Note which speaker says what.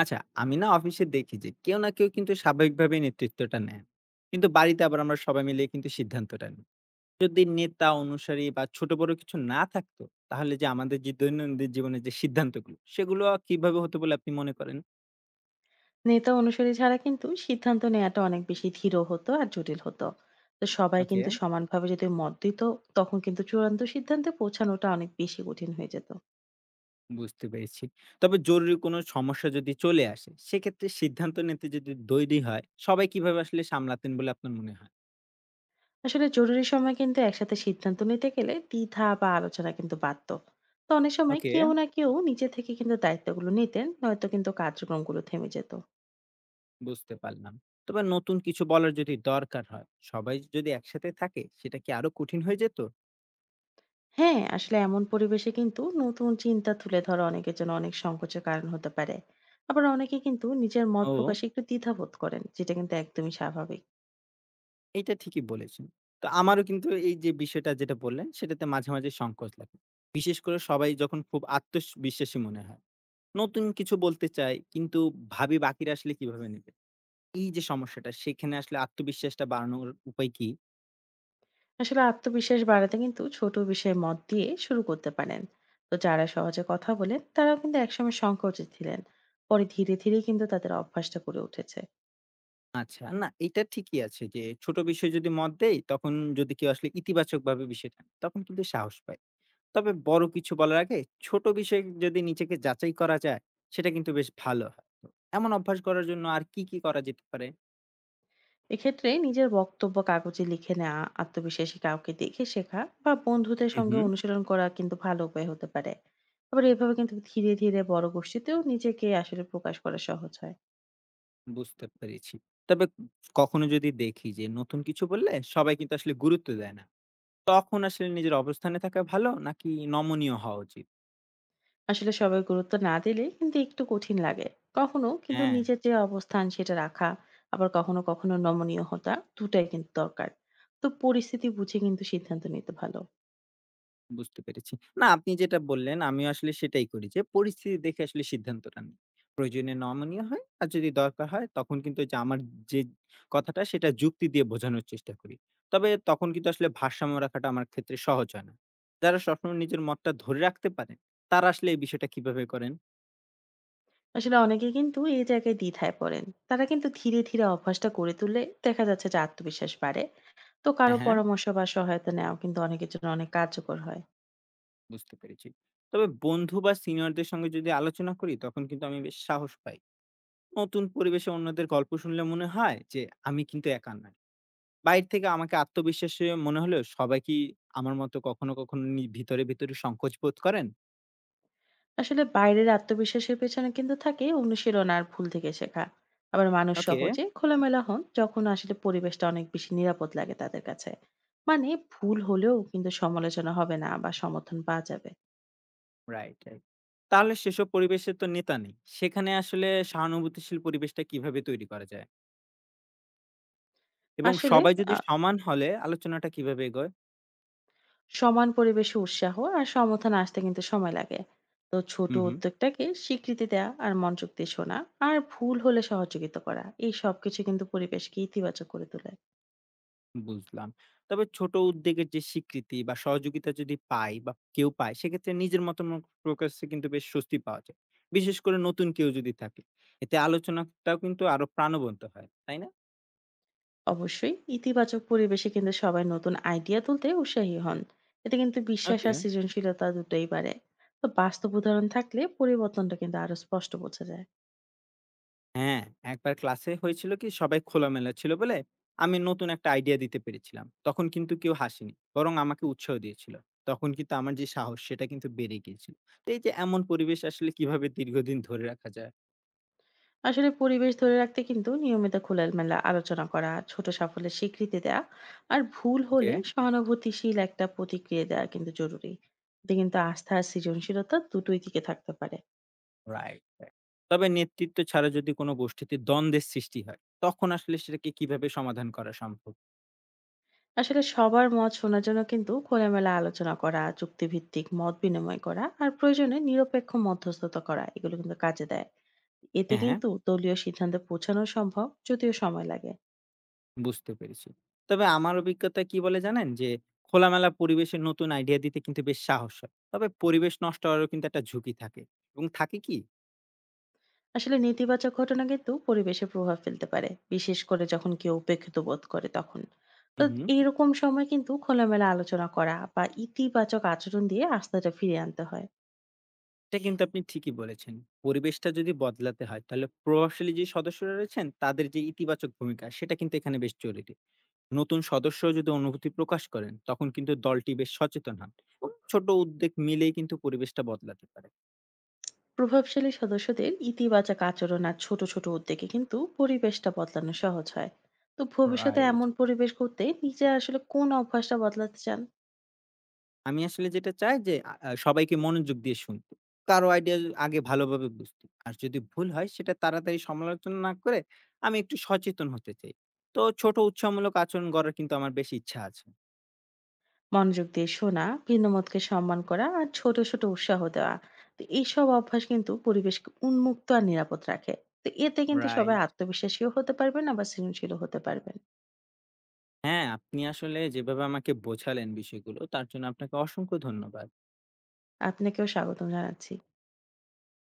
Speaker 1: আচ্ছা, আমি না অফিসে দেখি যে কেউ না কেউ কিন্তু স্বাভাবিকভাবে নেতৃত্বটা নেন। কিন্তু বাড়িতে আবার আমরা সবাই মিলে কিন্তু সিদ্ধান্তটা নিই। যদি নেতা, অনুসারী বা ছোট বড় কিছু না থাকতো, তাহলে যে আমাদের যে দৈনন্দিন জীবনের যে সিদ্ধান্তগুলো, সেগুলো কিভাবে হতো বলে আপনি মনে করেন?
Speaker 2: নেতা অনুসারী ছাড়া কিন্তু সিদ্ধান্ত নেওয়াটা অনেক বেশি ধীর হতো আর জটিল হতো। তো সবাই
Speaker 1: ওকে,
Speaker 2: কিন্তু সমানভাবে যদি মত দিত, তখন কিন্তু চূড়ান্ত সিদ্ধান্তে পৌঁছানোটা অনেক বেশি কঠিন হয়ে যেত।
Speaker 1: বুঝতে পেরেছি। তবে জরুরি কোনো সমস্যা যদি চলে আসে, সেক্ষেত্রে সিদ্ধান্ত নিতে যদি দৈরী হয়, সবাই কিভাবে আসলে সামলাতেন বলে আপনার মনে হয়?
Speaker 2: আসলে জরুরি সময় কিন্তু একসাথে সিদ্ধান্ত নিতে গেলে দ্বিধা বা আলোচনা কিন্তু বাড়তো। তো অনেক সময়
Speaker 1: ওকে।
Speaker 2: কেউ না কেউ নিজে থেকে কিন্তু দায়িত্বগুলো নিতেন, নয়তো কিন্তু কার্যক্রমগুলো থেমে যেত।
Speaker 1: বুঝতে পারলাম। তবে নতুন কিছু বলার যদি দরকার হয়, সবাই যদি একসাথে থাকে সেটা কি আরো কঠিন হয়ে যেত?
Speaker 2: হ্যাঁ, আসলে এমন পরিবেশে কিন্তু নতুন চিন্তা তুলে ধরা অনেকের জন্য অনেক সংকোচের কারণ হতে পারে। আবার অনেকে কিন্তু নিজের মত
Speaker 1: ও,
Speaker 2: প্রকাশে একটু দ্বিধাবোধ করেন, যেটা কিন্তু একদমই স্বাভাবিক।
Speaker 1: এটা ঠিকই বলেছেন। তো আমারও কিন্তু এই যে বিষয়টা যেটা বললেন সেটাতে মাঝে, মাঝে সংকোচ লাগে। বিশেষ করে সবাই যখন খুব আত্মবিশ্বাসী মনে হয়। নতুন কিছু বলতে চাই, কিন্তু ভাবি বাকিরা আসলে কিভাবে নেবে? এই যে সমস্যাটা, সেখানে আসলে আত্মবিশ্বাসটা বাড়ানোর উপায় কি?
Speaker 2: আসলে আত্মবিশ্বাস বাড়াতে কিন্তু ছোট বিষয়ে মত দিয়ে শুরু করতে পারেন। তো যারা সহজে কথা বলেন, তারাও কিন্তু একসময় সংকোচে ছিলেন। পরে ধীরে ধীরে কিন্তু তাদের অভ্যাসটা গড়ে উঠেছে।
Speaker 1: আচ্ছা, না এটা ঠিকই আছে যে ছোট বিষয় যদি মত দেই, তখন যদি কেউ আসলে ইতিবাচকভাবে বিষয়টা নেয়, তখন কিন্তু সাহস পাই। তবে বড় কিছু বলার আগে ছোট বিষয়ে যদি নিজেকে যাচাই করা যায়, সেটা কিন্তু বেশ ভালো হয়। তো এমন অভ্যাস করার জন্য আর কি কি করা যেতে পারে?
Speaker 2: এক্ষেত্রে নিজের বক্তব্য কাগজে লিখে নেওয়া, আত্মবিশ্বাসী কাউকে দেখে শেখা বা বন্ধুদের
Speaker 1: হুম,
Speaker 2: সঙ্গে
Speaker 1: হুম।
Speaker 2: অনুশীলন করা কিন্তু ভালো উপায় হতে পারে। আবার এভাবে কিন্তু ধীরে ধীরে বড় গোষ্ঠীতেও নিজেকে আসলে প্রকাশ করা সহজ হয়।
Speaker 1: বুঝতে পেরেছি। তবে কখনো যদি দেখি যে নতুন কিছু বললে সবাই কিন্তু আসলে গুরুত্ব দেয় না, তখন আসলে নিজের অবস্থানে থাকা ভালো নাকি নমনীয় হওয়া উচিত?
Speaker 2: আসলে সবাই গুরুত্ব না দিলে কিন্তু একটু কঠিন লাগে। কখনো কিন্তু
Speaker 1: হ্যাঁ।
Speaker 2: নিজের যে অবস্থান সেটা রাখা, আবার কখনো কখনো নমনীয় হতা দুটাই কিন্তু দরকার। তো পরিস্থিতি বুঝে কিন্তু সিদ্ধান্ত নিতে ভালো।
Speaker 1: বুঝতে পেরেছি। না, আপনি যেটা বললেন আমিও আসলে সেটাই করি, যে পরিস্থিতি দেখে আসলে সিদ্ধান্তটা নিই। প্রয়োজনে নমনীয় হয়, আর যদি দরকার হয় তখন কিন্তু ওইযে আমার যে কথাটা সেটা যুক্তি দিয়ে বোঝানোর চেষ্টা করি। তবে তখন কিন্তু আসলে ভারসাম্য রাখাটা আমার ক্ষেত্রে সহজ হয় না। যারা সবসময় নিজের মতটা ধরে রাখতে পারেন, তারা আসলে এই বিষয়টা কিভাবে করেন?
Speaker 2: আসলে অনেকে কিন্তু এই জায়গায় দ্বিধায় পড়েন। তারা কিন্তু ধীরে ধীরে অভ্যাসটা করে তুললে দেখা যাচ্ছে যে আত্মবিশ্বাস বাড়ে। তো কারো
Speaker 1: হ্যাঁ, হ্যাঁ,
Speaker 2: পরামর্শ বা সহায়তা নেওয়া কিন্তু অনেকের জন্য অনেক কার্যকর হয়।
Speaker 1: বুঝতে পেরেছি। তবে বন্ধু বা সিনিয়রদের সঙ্গে যদি আলোচনা করি, তখন কিন্তু আমি বেশ সাহস পাই। নতুন পরিবেশে অন্যদের গল্প শুনলে মনে হয় যে আমি কিন্তু একা নয়। বাইরে থেকে আমাকে আত্মবিশ্বাসী মনে হলেও সবাই কি আমার মতো কখনো, কখনো নি ভিতরে, ভিতরে সংকোচ বোধ করেন?
Speaker 2: আসলে বাইরের আত্মবিশ্বাসের পেছনে কিন্তু থাকে অনুশীলন আর ভুল থেকে শেখা। আবার মানুষ
Speaker 1: ওকে,
Speaker 2: সহজে খোলামেলা হন যখন আসলে পরিবেশটা অনেক বেশি নিরাপদ লাগে তাদের কাছে। মানে, ভুল হলেও কিন্তু সমালোচনা হবে না বা সমর্থন পাওয়া যাবে।
Speaker 1: Right, right. তাহলে সেসব পরিবেশে তো নেতা নেই। সেখানে আসলে সহানুভূতিশীল পরিবেশটা কিভাবে তৈরি করা যায়? এবং
Speaker 2: আসলে
Speaker 1: সবাই
Speaker 2: আহ,
Speaker 1: যদি সমান হলে আলোচনাটা কিভাবে এগোয়?
Speaker 2: সমান পরিবেশে উৎসাহ আর সমর্থন আসতে কিন্তু সময় লাগে। তো ছোট
Speaker 1: হুম, হুম,
Speaker 2: উদ্যোগটাকে স্বীকৃতি দেওয়া আর মনোযোগ দিয়ে শোনা আর ভুল হলে সহযোগিতা করা এই সবকিছু কিন্তু পরিবেশকে ইতিবাচক করে তোলে।
Speaker 1: বুঝলাম। তবে ছোট উদ্যোগের যে স্বীকৃতি বা সহযোগিতা যদি পাই বা কেউ পায়, সেক্ষেত্রে নিজের মত ম প্রকাশে কিন্তু বেশ স্বস্তি পাওয়া যায়। বিশেষ করে নতুন কেউ যদি থাকে। এতে আলোচনাটাও কিন্তু আরো প্রাণবন্ত হয়। তাই না?
Speaker 2: অবশ্যই ইতিবাচক পরিবেশে কিন্তু সবাই নতুন আইডিয়া তুলতে উৎসাহী হন। এতে কিন্তু বিশ্বাস
Speaker 1: ওকে।
Speaker 2: আর সৃজনশীলতা দুটোই বাড়ে। তো বাস্তব উদাহরণ থাকলে পরিবর্তনটা কিন্তু আরো স্পষ্ট বোঝা যায়।
Speaker 1: হ্যাঁ, একবার ক্লাসে হয়েছিল কি সবাই খোলামেলা ছিল বলে আমি নতুন একটা আইডিয়া দিতে পেরেছিলাম। তখন কিন্তু কেউ হাসেনি। বরং আমাকে উৎসাহ দিয়েছিল। তখন কিন্তু আমার যে সাহস সেটা কিন্তু বেড়ে গিয়েছিল। তো এই যে এমন পরিবেশ আসলে কিভাবে দীর্ঘদিন ধরে রাখা যায়?
Speaker 2: আসলে পরিবেশ ধরে রাখতে কিন্তু নিয়মিত খোলামেলা আলোচনা করা, ছোট সাফল্যের স্বীকৃতি দেওয়া আর ভুল
Speaker 1: ওকে,
Speaker 2: হলে সহানুভূতিশীল একটা প্রতিক্রিয়া দেওয়া কিন্তু জরুরি। এতে কিন্তু আস্থা আর সৃজনশীলতা দুটোই দিকে থাকতে পারে।
Speaker 1: Right, right. তবে নেতৃত্ব ছাড়া যদি কোনো গোষ্ঠীতে দ্বন্দ্বের সৃষ্টি হয়, তখন আসলে সেটাকে কিভাবে সমাধান করা সম্ভব?
Speaker 2: আসলে সবার মত শোনার জন্য কিন্তু খোলামেলা আলোচনা করা, চুক্তিভিত্তিক মত বিনিময় করা আর প্রয়োজনে নিরপেক্ষ মধ্যস্থতা করা, এগুলো কিন্তু কাজে দেয়। এতে
Speaker 1: হ্যাঁ, হ্যাঁ।
Speaker 2: কিন্তু দলীয় সিদ্ধান্তে পৌঁছানো সম্ভব, যদিও সময় লাগে।
Speaker 1: বুঝতে পেরেছি। তবে আমার অভিজ্ঞতা কি বলে জানেন? যে খোলামেলা পরিবেশে নতুন আইডিয়া দিতে কিন্তু বেশ সাহস হয়। তবে পরিবেশ নষ্ট হওয়ারও কিন্তু একটা ঝুঁকি থাকে এবং থাকে কি?
Speaker 2: আসলে নেতিবাচক ঘটনা কিন্তু পরিবেশে প্রভাব ফেলতে পারে, বিশেষ করে যখন কেউ উপেক্ষিত বোধ করে তখন। তো
Speaker 1: হু, হু।
Speaker 2: এইরকম সময় কিন্তু খোলামেলা আলোচনা করা বা ইতিবাচক আচরণ দিয়ে আস্থাটা ফিরিয়ে আনতে হয়।
Speaker 1: এটা কিন্তু আপনি ঠিকই বলেছেন। পরিবেশটা যদি বদলাতে হয়, তাহলে প্রভাবশালী যে সদস্যরা রয়েছেন তাদের যে ইতিবাচক ভূমিকা সেটা কিন্তু এখানে বেশ জরুরি। নতুন সদস্য যদি অনুভূতি প্রকাশ করেন, তখন কিন্তু দলটি বেশ সচেতন হন এবং ছোট উদ্যোগ মিলেই কিন্তু পরিবেশটা বদলাতে পারে।
Speaker 2: প্রভাবশালী সদস্যদের ইতিবাচক আচরণ আর ছোট ছোট উদ্যোগে কিন্তু পরিবেশটা বদলানো সহজ হয়। তো ভবিষ্যতে
Speaker 1: রাইট।
Speaker 2: এমন পরিবেশ করতে নিজে আসলে কোন অভ্যাসটা বদলাতে চান?
Speaker 1: আমি আসলে যেটা চাই যে আ আ সবাইকে মনোযোগ দিয়ে শুনতে। কারো আইডিয়া আগে ভালোভাবে বুঝতে। আর যদি ভুল হয় সেটা তাড়াতাড়ি সমালোচনা না করে আমি একটু সচেতন হতে চাই। তো ছোট উৎসাহমূলক আচরণ গড়ার কিন্তু আমার বেশি ইচ্ছা আছে।
Speaker 2: মনোযোগ দিয়ে শোনা, ভিন্নমতকে সম্মান করা আর ছোট ছোট উৎসাহ দেওয়া, তো এইসব অভ্যাস কিন্তু পরিবেশকে উন্মুক্ত আর নিরাপদ রাখে। তো এতে কিন্তু সবাই
Speaker 1: রাইট।
Speaker 2: আত্মবিশ্বাসীও হতে পারবেন, আবার সৃজনশীলও হতে পারবেন।
Speaker 1: হ্যাঁ, আপনি আসলে যেভাবে আমাকে বোঝালেন বিষয়গুলো, তার জন্য আপনাকে অসংখ্য ধন্যবাদ।
Speaker 2: আপনাকেও স্বাগতম জানাচ্ছি।